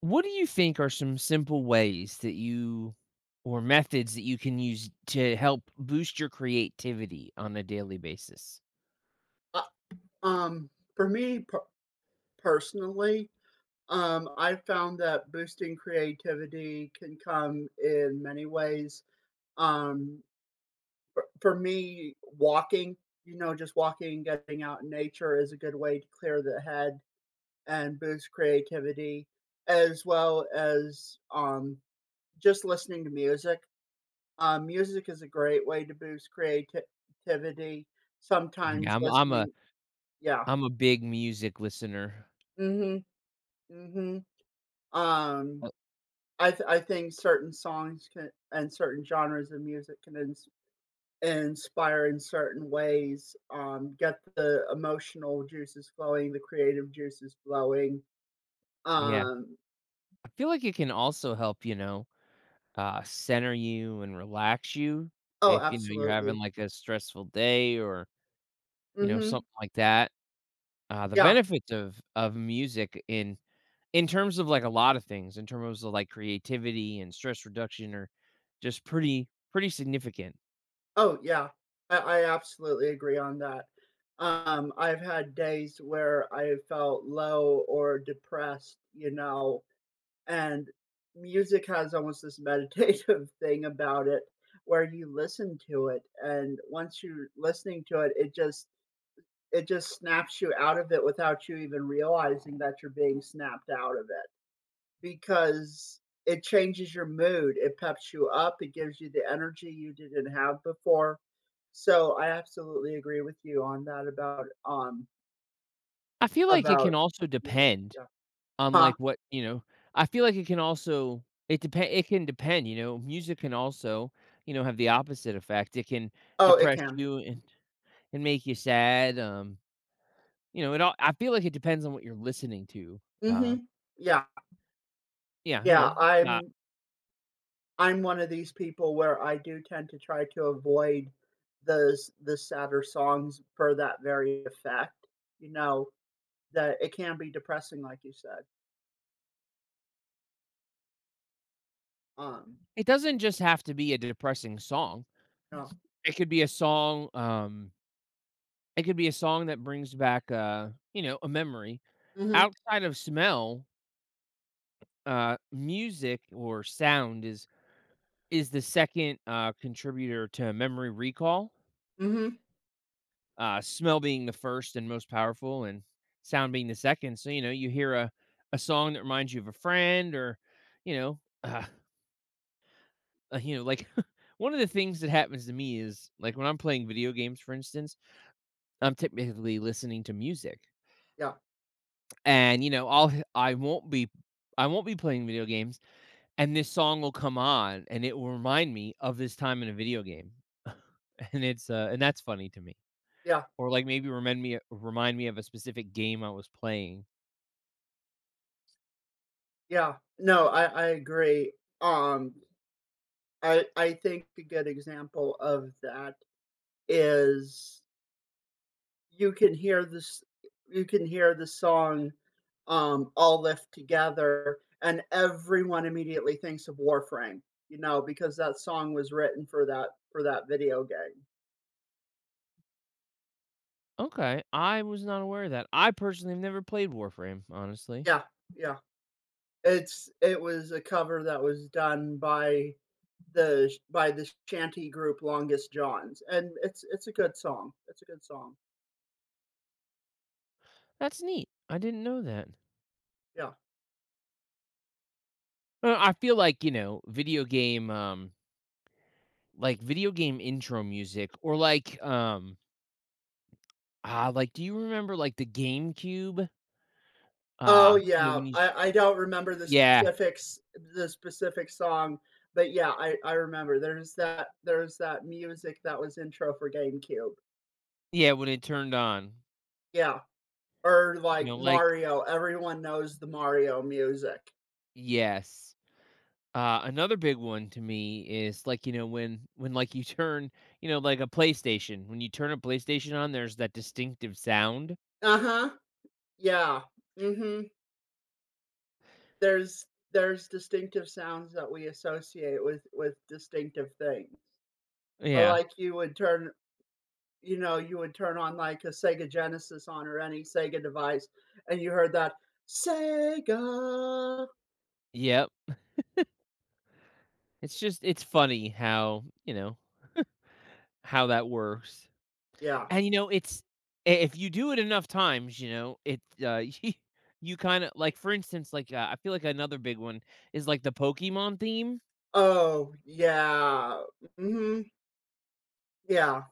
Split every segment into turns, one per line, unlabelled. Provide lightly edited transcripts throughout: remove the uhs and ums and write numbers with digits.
What do you think are some simple ways that you or methods that you can use to help boost your creativity on a daily basis?
Uh, um, for me personally, I found that boosting creativity can come in many ways. Um, for me, walking, you know, just walking, getting out in nature is a good way to clear the head and boost creativity, as well as just listening to music. Music is a great way to boost creativity.
Yeah,
Sometimes listening, yeah.
I'm a big music listener.
Mm-hmm. Mm-hmm. Um,
Uh,
I think certain songs can and certain genres of music can inspire in certain ways, get the emotional juices flowing, the creative juices flowing.
Yeah,
Um,
I feel like it can also help, center you and relax you
oh,
if you know you're having
absolutely.
like a stressful day or you know
Hmm.
something like that. Uh, the
Yeah.
benefits of music in terms of, like, a lot of things, in terms of, like, creativity and stress reduction are just pretty significant.
Oh, yeah. I absolutely agree on that. I've had days where I felt low or depressed, you know. And music has almost this meditative thing about it where you listen to it and once you're listening to it, it just snaps you out of it without you even realizing that you're being snapped out of it because it changes your mood. It peps you up. It gives you the energy you didn't have before. So I absolutely agree with you on that about um
I feel like it
about
can also
music.
depend
Yeah.
on,
Huh?
like, what you know, I feel like it can also it depend it can depend, you know, music can also, you know, have the opposite effect. It can
Oh, it
depress
can.
you and make you sad, you know, it all I feel like it depends on what you're listening to. Uh,
Mhm. Yeah.
yeah, you
Yeah.
know, uh,
I'm one of these people where I do tend to try to avoid those the sadder songs for that very effect, you know, that it can be depressing like you said. Um,
it doesn't just have to be a depressing song.
no.
It could be a song. It could be a song that brings back, you know, a memory.
Mhm.
Outside of smell, music or sound is the second, contributor to memory recall,
Mm. Mhm.
smell being the first and most powerful and sound being the second. So, you know, you hear a song that reminds you of a friend or, you know, uh, you know, like, one of the things that happens to me is, like, when I'm playing video games, for instance, I'm typically listening to music.
Yeah.
And, you know, I'll h I will not be I won't be playing video games, and this song will come on, and it will remind me of this time in a video game. And it's, and that's funny to me.
Yeah.
Or, like, maybe remind me of a specific game I was playing.
Yeah. No, I agree. Um, I think a good example of that is You can hear this you can hear the song, "All Lift Together," and everyone immediately thinks of Warframe, you know, because that song was written for that video game.
Okay, I was not aware of that. I personally have never played Warframe, honestly.
Yeah, yeah. It was a cover that was done by the shanty group Longest Johns, and it's a good song. It's a good song.
That's neat. I didn't know that.
Yeah.
I feel like, you know, like, video game intro music or, like, like, do you remember, like, the GameCube?
Oh,
You know,
yeah.
when you
I don't remember
Yeah,
the specific song, but yeah, I remember there's that music that was intro for GameCube.
yeah, when it turned on.
Yeah, or
You know,
like
like
Mario, everyone knows the Mario music.
Yes. Another big one to me is, like, you know, like, you know, like a PlayStation, when you turn a PlayStation on, there's that distinctive sound.
Uh-huh. Yeah. Mhm. There's there's distinctive sounds that we associate with distinctive things. Or
Yeah.
like you would turn You know, you would turn on, like, a Sega Genesis on or any Sega device, and you heard that, "Sega."
Yep. It's just it's funny how, you know, how that works.
Yeah.
And, you know, it's I if you do it enough times, you know, it, you kinda like, for instance, like, I feel like another big one is, like, the Pokemon theme.
Oh, yeah. Mhm. Yeah.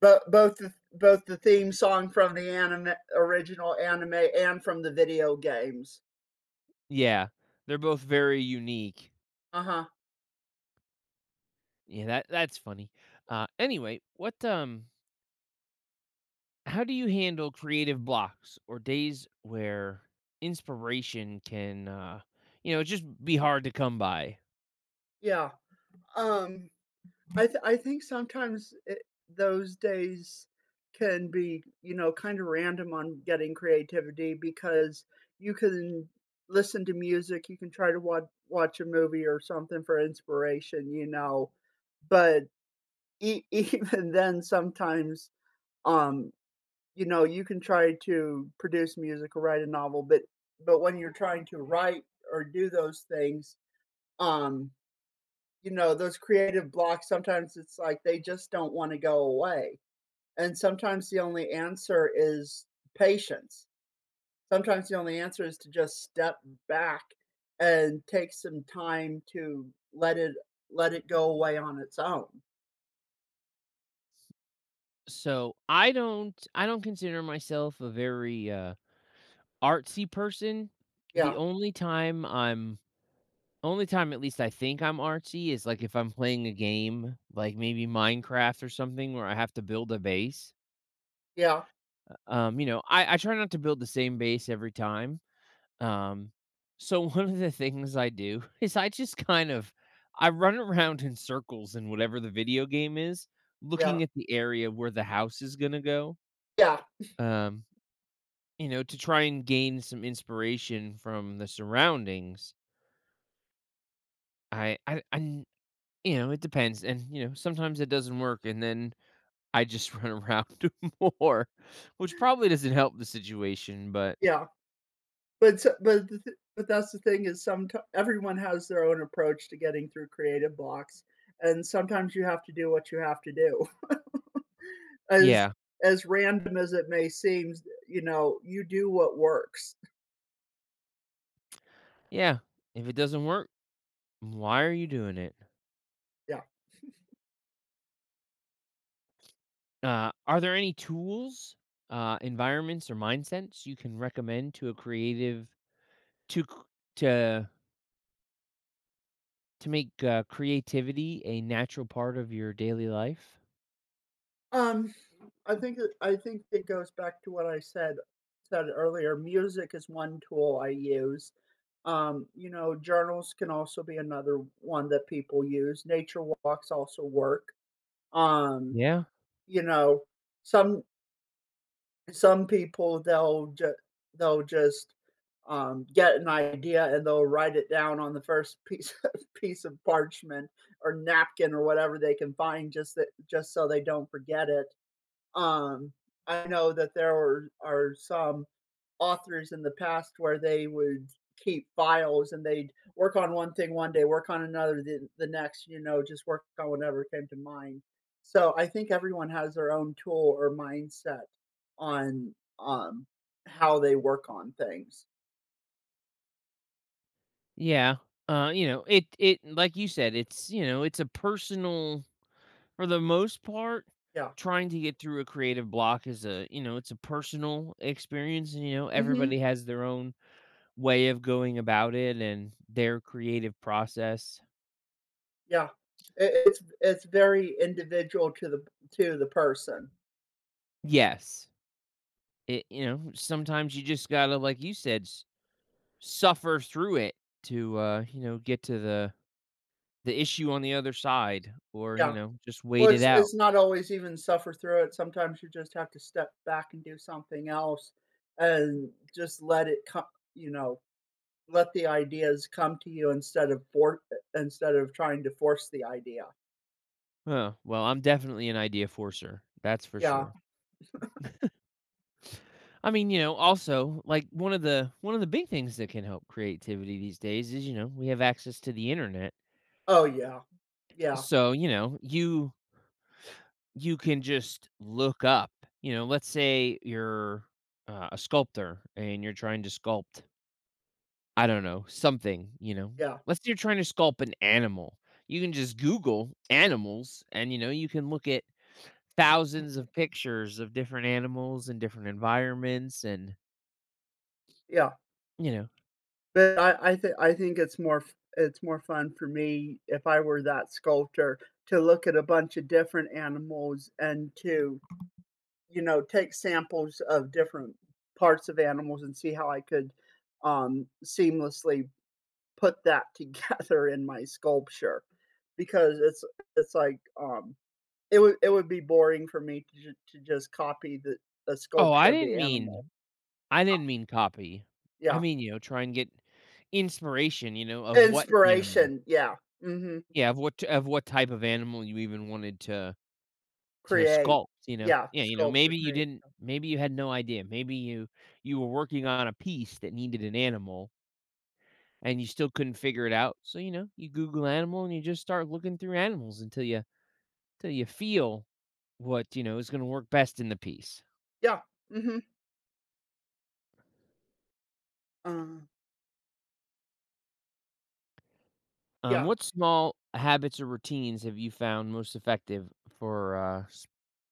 But both the theme song from the anime original anime and from the video games.
Yeah, they're both very unique.
Uh-huh.
Yeah, that that's funny. Anyway, what how do you handle creative blocks or days where inspiration can, you know, just be hard to come by?
Yeah. Um I think sometimes those days can be, you know, kind of random on getting creativity because you can listen to music, you can try to watch a movie or something for inspiration, you know, but even then, sometimes, um, you know, you can try to produce music or write a novel, but when you're trying to write or do those things, um, you know, those creative blocks, sometimes it's like they just don't wanna go away, and sometimes the only answer is patience. Sometimes the only answer is to just step back and take some time to let it go away on its own.
I don't consider myself a very artsy person. The
Yeah,
only time I'm, Only time at least I think I'm artsy is like if I'm playing a game, like maybe Minecraft or something, where I have to build a base.
yeah,
You know, I try not to build the same base every time. Um, so one of the things I do is I just kind of I run around in circles in whatever the video game is, looking
yeah,
at the area where the house is gonna go.
yeah,
Um, you know, to try and gain some inspiration from the surroundings. I I, I n- you know, it depends. And you know, sometimes it doesn't work and then I just run around more, which probably doesn't help the situation, but
yeah, but so but the th but that's the thing is someti everyone has their own approach to getting through creative blocks, and sometimes you have to do what you have to do. As
yeah,
as random as it may seem, you know, you do what works.
yeah, if it doesn't work, why are you doing it?
Yeah.
Are there any tools, environments, or mindsets you can recommend to a creative to c- to to make creativity a natural part of your daily life?
Um, I think that I think it goes back to what I said earlier. Music is one tool I use. You know, journals can also be another one that people use. Nature walks also work. Um,
Yeah,
you know, some some people, they'll just, get an idea and they'll write it down on the first piece of piece of parchment or napkin or whatever they can find just that just so they don't forget it. Um, I know that there are some authors in the past where they would keep files and they'd work on one thing one day, work on another the next, you know, just work on whatever came to mind. So I think everyone has their own tool or mindset on how they work on things.
yeah. You
Yeah.
know, it like you said, it's you know, it's a personal for the most part.
Yeah.
Trying to get through a creative block is a you know, it's a personal experience. And, you know,
Hmm.
everybody has their own way of going about it and their creative process.
Yeah. It's very individual to the person.
Yes. It you know, sometimes you just gotta, like you said, s suffer through it to, you know, get to the issue on the other side or, you
Yeah.
know, just
Well,
wait it
it's
out.
it's not always even suffer through it. Sometimes you just have to step back and do something else and just let it come, you know, let the ideas come to you instead of trying to force the idea.
Huh, well, I'm definitely an idea forcer, that's for
Yeah.
sure. I mean, you know, also, like, one of the big things that can help creativity these days is, you know, we have access to the Internet.
Oh, yeah. Yeah,
So, you know, you can just look up. You know, let's say you're a sculptor and you're trying to sculpt, I don't know, something, you know.
yeah,
Let's say you're trying to sculpt an animal. You can just Google animals and, you know, you can look at thousands of pictures of different animals and different environments and,
yeah.
you know,
But I think I think it's more f it's more fun for me, if I were that sculptor, to look at a bunch of different animals and to you know, take samples of different parts of animals and see how I could, seamlessly put that together in my sculpture, because it's like, it would be boring for me to ju to just copy the
oh,
sculpture of the animal.
I didn't mean copy. I
Yeah.
mean, you know, try and get inspiration, you know, of what animal.
Inspiration, yeah, mhm,
Yeah, of what type of animal you even wanted to
create.
sculpt, you know?
Yeah,
Yeah, you know,
sculpture,
maybe you
create.
didn't maybe you had no idea. Maybe you you were working on a piece that needed an animal and you still couldn't figure it out. So, you know, you Google animal and you just start looking through animals until you feel what, you know, is gonna work best in the piece.
Yeah, mhm, uh, yeah,
What small habits or routines have you found most effective for,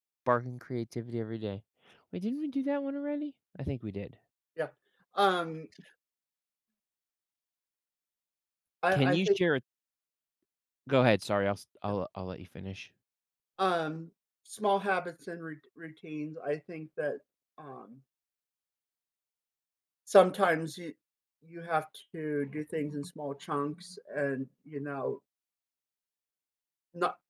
sparking creativity every day? Wait, didn't we do that one already? I think we did.
yeah. Um, I
Can
I
you
think yeah.
share a go ahead, sorry, I'll s I'll let you finish.
Um, Small habits and rut routines, I think that, um, sometimes you have to do things in small chunks and, you know, not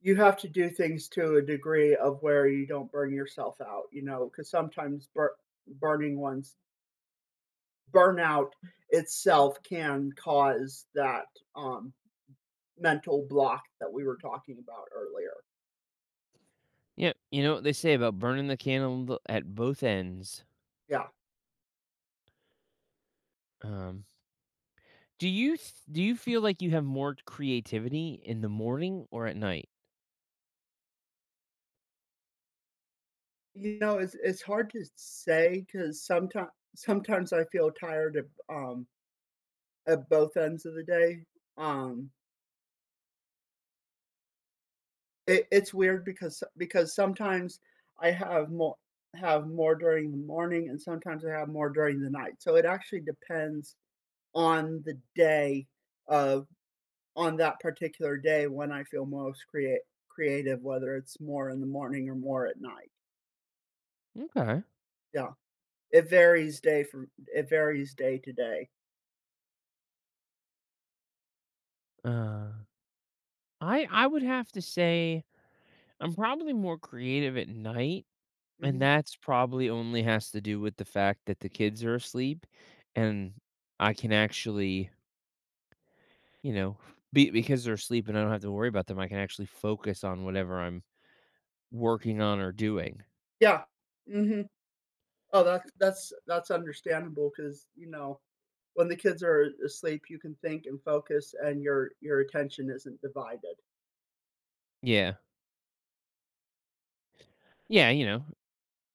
you have to do things to a degree of where you don't burn yourself out, you know, because sometimes bur burning one's burnout itself can cause that, um, mental block that we were talking about earlier.
Yep, you know what they say about burning the candle at both ends.
Yeah.
Um, do you feel like you have more creativity in the morning or at night?
You know, it's hard to say because sometimes I feel tired of, at both ends of the day. Um, it's weird because sometimes I have more during the morning and sometimes I have more during the night. So it actually depends on the day of on that particular day when I feel most create creative, whether it's more in the morning or more at night.
Okay.
Yeah. It varies day from it varies day to day.
Uh, I would have to say I'm probably more creative at night, and
Mhm.
that's probably only has to do with the fact that the kids are asleep, and I can actually, you know, be because they're asleep and I don't have to worry about them. I can actually focus on whatever I'm working on or doing?
Yeah. Mhm. Oh, that's understandable because you know, when the kids are asleep, you can think and focus and your attention isn't divided.
Yeah. Yeah, you know,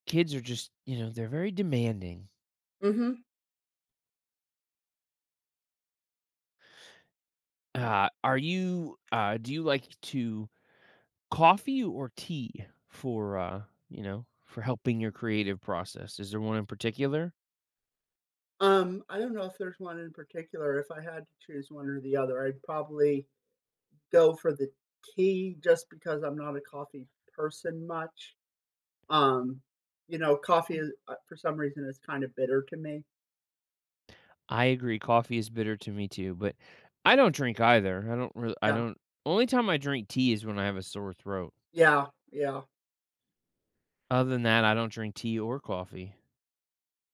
kids are just, you know, they're very demanding.
Mhm.
Are you Do you like to coffee or tea for, you know, for helping your creative process? Is there one in particular?
I don't know if there's one in particular. If I had to choose one or the other, I'd probably go for the tea just because I'm not a coffee person much. Um, you know, coffee is, for some reason, is kinda bitter to me.
I agree. Coffee is bitter to me too, but I don't drink either. I don't really. I
Yeah.
don't. Only time I drink tea is when I have a sore throat.
Yeah, yeah.
Other than that, I don't drink tea or coffee.